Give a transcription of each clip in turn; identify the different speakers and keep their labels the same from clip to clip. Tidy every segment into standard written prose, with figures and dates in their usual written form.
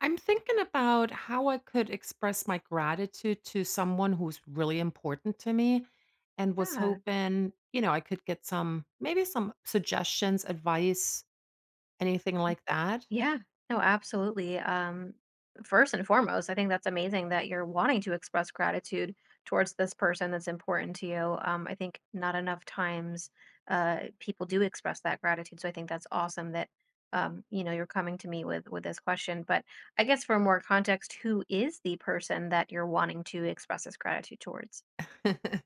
Speaker 1: I'm thinking about how I could express my gratitude to someone who's really important to me and was
Speaker 2: Yeah.
Speaker 1: hoping, you know, I could get some, maybe some suggestions, advice, anything
Speaker 2: y-
Speaker 1: like that.
Speaker 2: Yeah. No, absolutely. First and foremost, I think that's amazing that you're wanting to express gratitude towards this person that's important to you. I think not enough times people do express that gratitude. So I think that's awesome that you know you're coming to me with this question. But I guess for more context, who is the person that you're wanting to express this gratitude towards?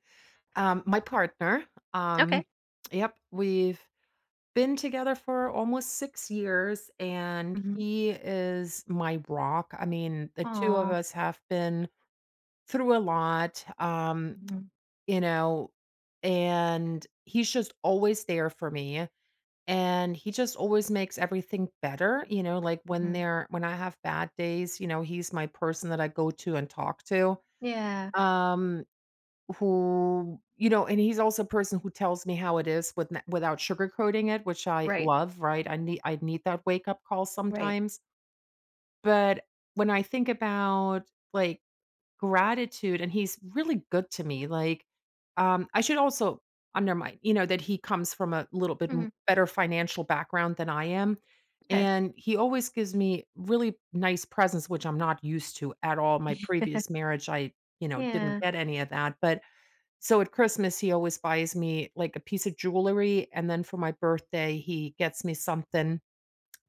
Speaker 1: my partner, um,
Speaker 2: Okay.
Speaker 1: yep, we've been together for almost 6 years and
Speaker 2: Mm-hmm.
Speaker 1: he is my rock. I mean, the two of
Speaker 2: Aw.
Speaker 1: us have been through a lot.
Speaker 2: Mm-hmm.
Speaker 1: You know, and he's just always there for me and he just always makes everything better, you know, like when
Speaker 2: Mm-hmm.
Speaker 1: they're when I have bad days, you know, he's my person that I go to and talk to.
Speaker 2: Yeah.
Speaker 1: Um who you know, and he's also a person who tells me how it is with without sugarcoating it, which I
Speaker 2: Right.
Speaker 1: love, right? I need that wake up call
Speaker 2: Right.
Speaker 1: sometimes. But when I think about like gratitude and he's really good to me, like, I should also undermine, you know, that he comes from a little bit m
Speaker 2: Hmm.
Speaker 1: better financial background than I am,
Speaker 2: Okay.
Speaker 1: and he always gives me really nice presents, which I'm not used to at all. My previous marriage, I, you know, didn't
Speaker 2: Yeah.
Speaker 1: get any of that, but so at Christmas, he always buys me, like, a piece of jewelry, and then for my birthday, he gets me something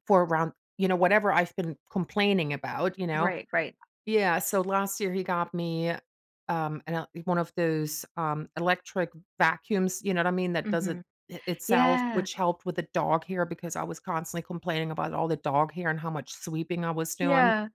Speaker 1: for around you know, whatever I've been complaining about, you know?
Speaker 2: Right, right.
Speaker 1: Yeah, so last year he got me, an el one of those, electric vacuums, you know what I mean, that does it
Speaker 2: Mhm.
Speaker 1: I itself,
Speaker 2: Yeah,
Speaker 1: which helped with the dog hair because I was constantly complaining about all the dog hair and how much sweeping I was doing.
Speaker 2: yeah.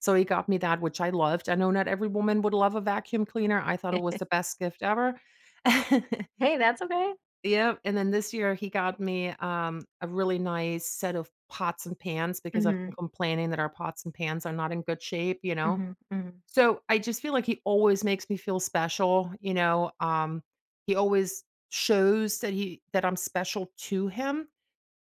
Speaker 1: So he got me that, which I loved. I know not every woman would love a vacuum cleaner. I thought it was the best gift ever.
Speaker 2: Hey, that's okay.
Speaker 1: Yep, and then this year he got me, a really nice set of pots and pans because I've
Speaker 2: Mhm,
Speaker 1: been complaining that our pots and pans are not in good shape, you know?
Speaker 2: mhm, mhm,
Speaker 1: So, I just feel like he always makes me feel special, you know, he always shows that he that I'm special to him,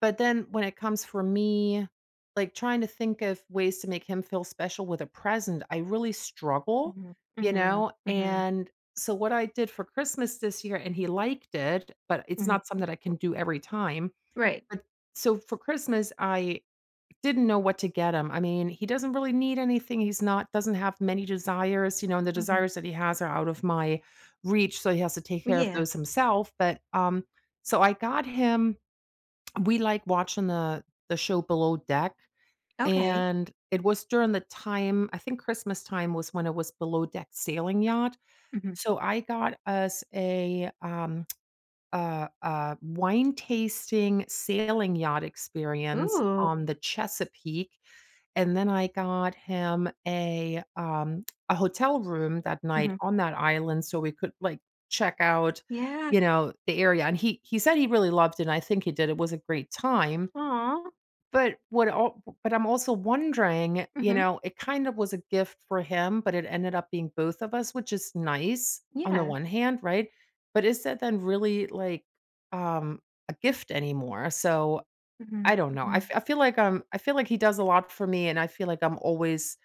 Speaker 1: but then when it comes for me, like, trying to think of ways to make him feel special with a present, I really struggle,
Speaker 2: mhm,
Speaker 1: you
Speaker 2: mhm,
Speaker 1: know,
Speaker 2: mhm,
Speaker 1: and so what I did for Christmas this year and he liked it, but it's
Speaker 2: mhm.
Speaker 1: not something that I can do every time,
Speaker 2: Right.
Speaker 1: but so for Christmas, I didn't know what to get him. I mean, he doesn't really need anything. He's not doesn't have many desires, you know, and the
Speaker 2: Mhm.
Speaker 1: desires that he has are out of my reach, so he has to take care of
Speaker 2: Yeah.
Speaker 1: those himself, but, so I got him we like watching the show Below Deck,
Speaker 2: Okay.
Speaker 1: and it was during the time I think Christmas time was when it was Below Deck sailing yacht,
Speaker 2: Mhm.
Speaker 1: so I got us a, a wine tasting sailing yacht experience on
Speaker 2: Ooh.
Speaker 1: the Chesapeake. And then I got him a hotel room that night
Speaker 2: Mhm.
Speaker 1: on that island so we could, like, check out,
Speaker 2: Yeah.
Speaker 1: you know, the area, and he said he really loved it, and I think he did, it was a great time,
Speaker 2: Aw.
Speaker 1: but what al but I'm also wondering, you
Speaker 2: Mhm.
Speaker 1: know, it kind of was a gift for him, but it ended up being both of us, which is nice on the
Speaker 2: Yeah.
Speaker 1: one hand, right? But is that then really, like, um, a gift anymore? So
Speaker 2: Mhm,
Speaker 1: I don't know.
Speaker 2: mhm,
Speaker 1: I feel like he does a lot for me, and I feel like I'm always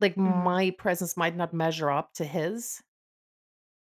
Speaker 1: like,
Speaker 2: mhm.
Speaker 1: my presence might not measure up to his.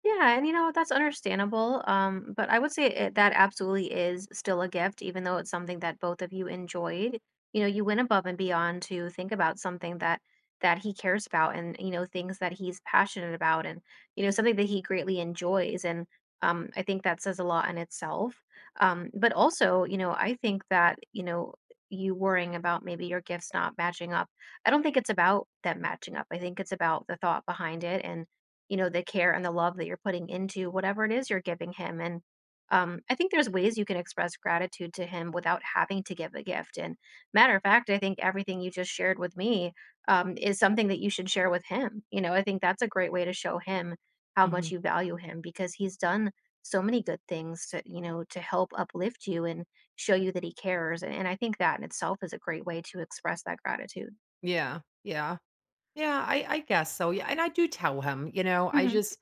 Speaker 2: Yeah, and you know, that's understandable. But I would say it, that absolutely is still a gift, even though it's something that both of you enjoyed. You know, you went above and beyond to think about something that he cares about and, you know, things that he's passionate about and, you know, something that he greatly enjoys. And I think that says a lot in itself. But also, you know, I think that, you know, you worrying about maybe your gifts not matching up. I don't think it's about them matching up. I think it's about the thought behind it and you know, the care and the love that you're putting into whatever it is you're giving him. And I think there's ways you can express gratitude to him without having to give a gift. And matter of fact, I think everything you just shared with me is something that you should share with him. You know, I think that's a great way to show him how much
Speaker 1: Mhm.
Speaker 2: you value him because he's done so many good things to, you know, to help uplift you and show you that he cares. And I think that in itself is a great way to express that gratitude.
Speaker 1: Yeah, yeah. Yeah, I guess so, yeah, and I do tell him, you know,
Speaker 2: Hmm.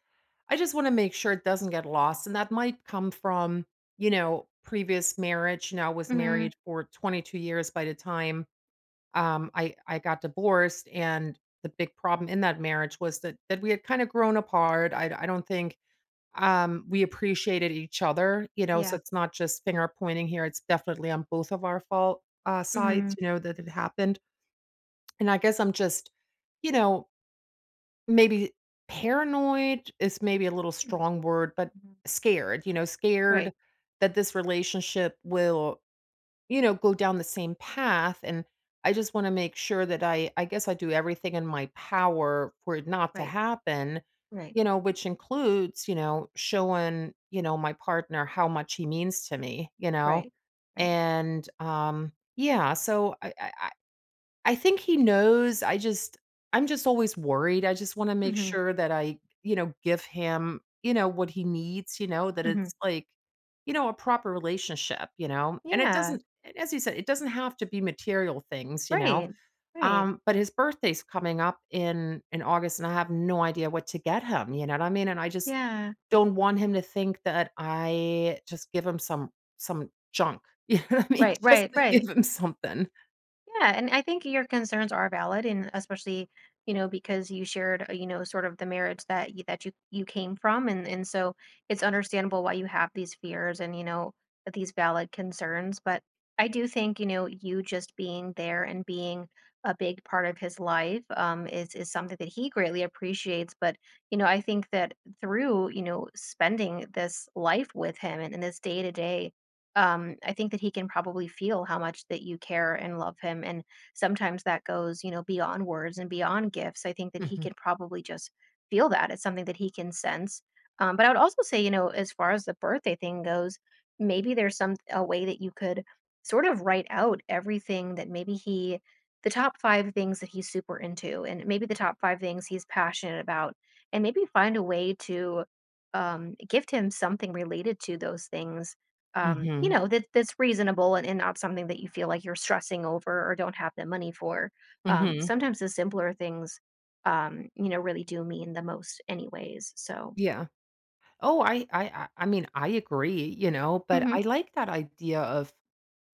Speaker 1: I just wanna make sure it doesn't get lost, and that might come from, you know, previous marriage, you know, I was
Speaker 2: Hmm.
Speaker 1: married for 22 years by the time, I got divorced, and the big problem in that marriage was that we had kinda grown apart. I don't think we appreciated each other, you know, so
Speaker 2: Yeah.
Speaker 1: it's not just finger pointing here, it's definitely on both of our fault,
Speaker 2: Hmm.
Speaker 1: sides, you know, that it happened, and I guess I'm just, you know, maybe paranoid is maybe a little
Speaker 2: Hmm.
Speaker 1: strong word, but scared, you know, scared
Speaker 2: Right.
Speaker 1: that this relationship will you know, go down the same path, and I just wanna make sure that I do everything in my power for it not to
Speaker 2: Right,
Speaker 1: happen,
Speaker 2: right,
Speaker 1: you know, which includes, you know, showing, you know, my partner how much he means to me, you know?
Speaker 2: right, right.
Speaker 1: And, yeah, so I think he knows. I just I'm just always worried. I just wanna make
Speaker 2: Mhm,
Speaker 1: sure that I, you know, give him, you know, what he needs, you know, that
Speaker 2: mhm.
Speaker 1: it's like, you know, a proper relationship, you know? And it
Speaker 2: Yeah,
Speaker 1: doesn't and as you said, it doesn't have to be material things, you know?
Speaker 2: right, right.
Speaker 1: But his birthday's coming up in August, and I have no idea what to get him, you know what I mean? And I just
Speaker 2: Yeah.
Speaker 1: don't want him to think that I just give him some junk, you know what I mean?
Speaker 2: Right,
Speaker 1: Just
Speaker 2: right,
Speaker 1: to give
Speaker 2: right.
Speaker 1: him something.
Speaker 2: Yeah, and I think your concerns are valid, and especially you know because you shared you know sort of the marriage that you came from, and so it's understandable why you have these fears and you know these valid concerns. But I do think you know you just being there and being a big part of his life is something that he greatly appreciates. But you know I think that through you know spending this life with him and this day to day I think that he can probably feel how much that you care and love him. And sometimes that goes, you know, beyond words and beyond gifts. I think that he
Speaker 1: Mhm.
Speaker 2: can probably just feel that. It's something that he can sense. But I would also say, you know, as far as the birthday thing goes, maybe there's some a way that you could sort of write out everything that maybe he the top five things that he's super into and maybe the top five things he's passionate about and maybe find a way to gift him something related to those things you
Speaker 1: Mhm.
Speaker 2: know, that that's reasonable and not something that you feel like you're stressing over or don't have the money for.
Speaker 1: Mhm.
Speaker 2: Sometimes the simpler things, you know, really do mean the most, anyways. So,
Speaker 1: Yeah. Oh, I mean, I agree, you know, but
Speaker 2: hmm.
Speaker 1: I like that idea of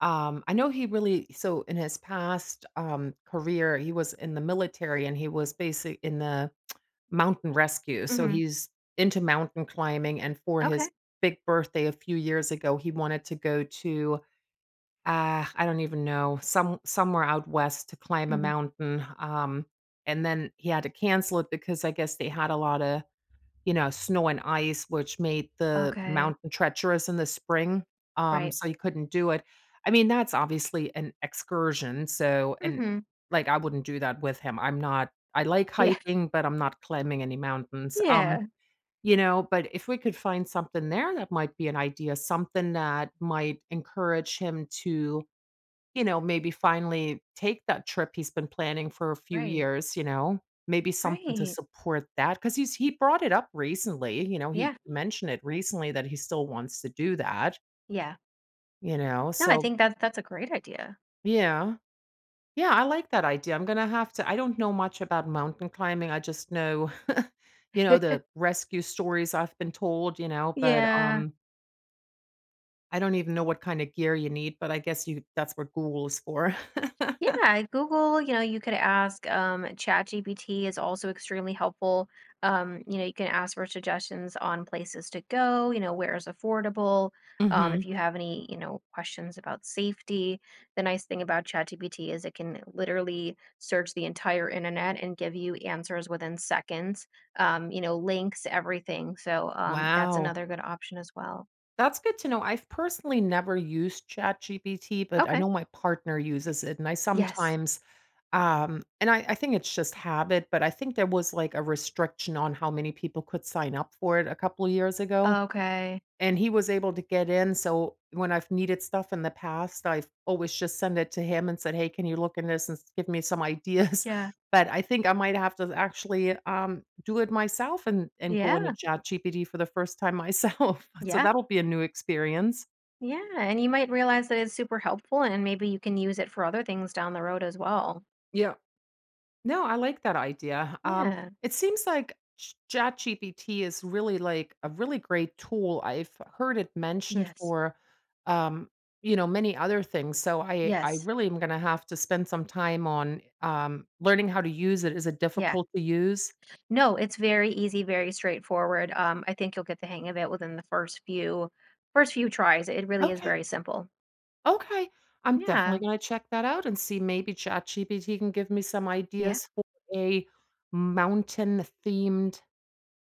Speaker 1: I know he really so in his past career, he was in the military and he was basic in the mountain rescue. So
Speaker 2: Hmm.
Speaker 1: he's into mountain climbing and for
Speaker 2: Okay.
Speaker 1: his big birthday a few years ago, he wanted to go to I don't even know, somewhere out west to climb a
Speaker 2: Hmm.
Speaker 1: mountain. And then he had to cancel it because I guess they had a lot of you know, snow and ice, which made the
Speaker 2: Okay,
Speaker 1: mountain treacherous in the spring,
Speaker 2: right.
Speaker 1: so you couldn't do it. I mean, that's obviously an excursion, so and,
Speaker 2: Hmm.
Speaker 1: like, I wouldn't do that with him. I'm not I like
Speaker 2: Yeah,
Speaker 1: hiking, but I'm not climbing any mountains,
Speaker 2: yeah,
Speaker 1: you know, but if we could find something there, that might be an idea, something that might encourage him to you know, maybe finally take that trip he's been planning for a few
Speaker 2: right,
Speaker 1: years, you know? Maybe something to
Speaker 2: right,
Speaker 1: support that because he brought it up recently, you know, he
Speaker 2: yeah,
Speaker 1: mentioned it recently that he still wants to do that,
Speaker 2: yeah.
Speaker 1: you know?
Speaker 2: No, I
Speaker 1: So
Speaker 2: think that that's a great idea.
Speaker 1: yeah. Yeah, I like that idea. I'm gonna have to I don't know much about mountain climbing, I just know, you know, the rescue stories I've been told, you know, but,
Speaker 2: Yeah.
Speaker 1: I don't even know what kinda gear you need, but I guess you that's what Google is for.
Speaker 2: Yeah, Google, you know, you could ask ChatGPT is also extremely helpful. You know, you can ask for suggestions on places to go, you know, where is affordable. If
Speaker 1: Mhm.
Speaker 2: you have any, you know, questions about safety, the nice thing about ChatGPT is it can literally search the entire internet and give you answers within seconds. You know, links, everything. So, that's
Speaker 1: Wow.
Speaker 2: another good option as well.
Speaker 1: That's good to know. I've personally never used ChatGPT, but I
Speaker 2: Okay.
Speaker 1: know my partner uses it, and I
Speaker 2: Yes.
Speaker 1: sometimes, and I think it's just habit, but I think there was, like, a restriction on how many people could sign up for it a couple of years ago.
Speaker 2: Okay.
Speaker 1: And he was able to get in, so when I've needed stuff in the past, I've always just send it to him and said, "Hey, can you look in this and s give me some ideas?"
Speaker 2: Yeah.
Speaker 1: But I think I might have to actually, do it myself and go into
Speaker 2: Yeah.
Speaker 1: Chat GPT for the first time myself. So
Speaker 2: Yeah.
Speaker 1: that'll be a new experience.
Speaker 2: Yeah, and you might realize that it's super helpful and maybe you can use it for other things down the road as well.
Speaker 1: Yeah. No, I like that idea.
Speaker 2: Yeah.
Speaker 1: It seems like ChatGPT is really like a really great tool. I've heard it mentioned
Speaker 2: Yes.
Speaker 1: for, um, you know, many other things. So I
Speaker 2: Yes.
Speaker 1: really am going to have to spend some time on learning how to use it. Is it
Speaker 2: Yeah.
Speaker 1: difficult to use?
Speaker 2: No, it's very easy, very straightforward. I think you'll get the hang of it within the first few tries. It really is
Speaker 1: Okay,
Speaker 2: very simple.
Speaker 1: okay. I'm
Speaker 2: Yeah.
Speaker 1: definitely going to check that out and see maybe ChatGPT can give me some
Speaker 2: Yeah.
Speaker 1: ideas for a mountain themed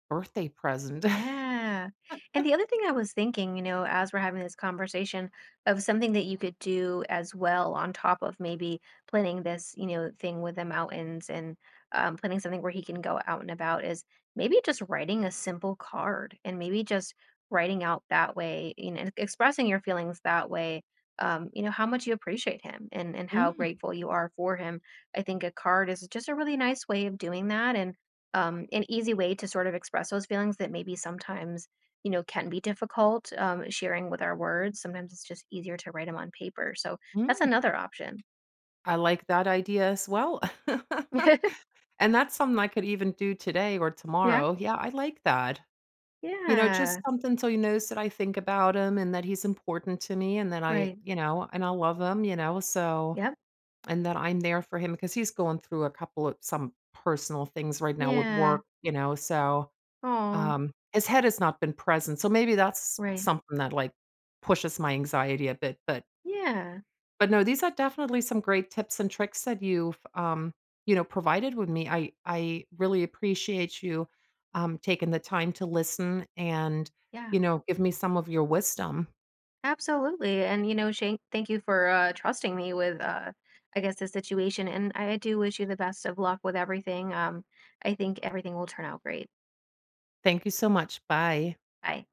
Speaker 1: birthday present.
Speaker 2: Yeah. And the other thing I was thinking, you know, as we're having this conversation of something that you could do as well on top of maybe planning this, you know, thing with the mountains and planning something where he can go out and about is maybe just writing a simple card and maybe just writing out that way, you know, expressing your feelings that way. You know, how much you appreciate him and how
Speaker 1: Mm,
Speaker 2: grateful you are for him. I think a card is just a really nice way of doing that and an easy way to sort of express those feelings that maybe sometimes you know can be difficult sharing with our words sometimes it's just easier to write them on paper so that's
Speaker 1: mm.
Speaker 2: another option.
Speaker 1: I like that idea as well. And that's something I could even do today or
Speaker 2: Yeah,
Speaker 1: tomorrow. Yeah, I like that. You know, just
Speaker 2: yeah,
Speaker 1: something so he knows that I think about him and that he's important to me and that I,
Speaker 2: right,
Speaker 1: you know, and I love him, you know, so
Speaker 2: yep,
Speaker 1: and that I'm there for him because he's going through a couple of some personal things right now with
Speaker 2: yeah,
Speaker 1: work, you know, so,
Speaker 2: oh,
Speaker 1: his head has not been present, so maybe that's
Speaker 2: right,
Speaker 1: something that, like, pushes my anxiety a bit,
Speaker 2: yeah,
Speaker 1: but no, these are definitely some great tips and tricks that you've, you know, provided with me. I really appreciate you, taking the time to listen and,
Speaker 2: yeah,
Speaker 1: you know, give me some of your wisdom.
Speaker 2: absolutely. And you know, Shane, thank you for trusting me with I guess the situation, and I do wish you the best of luck with everything. I think everything will turn out great.
Speaker 1: Thank you so much. Bye.
Speaker 2: Bye.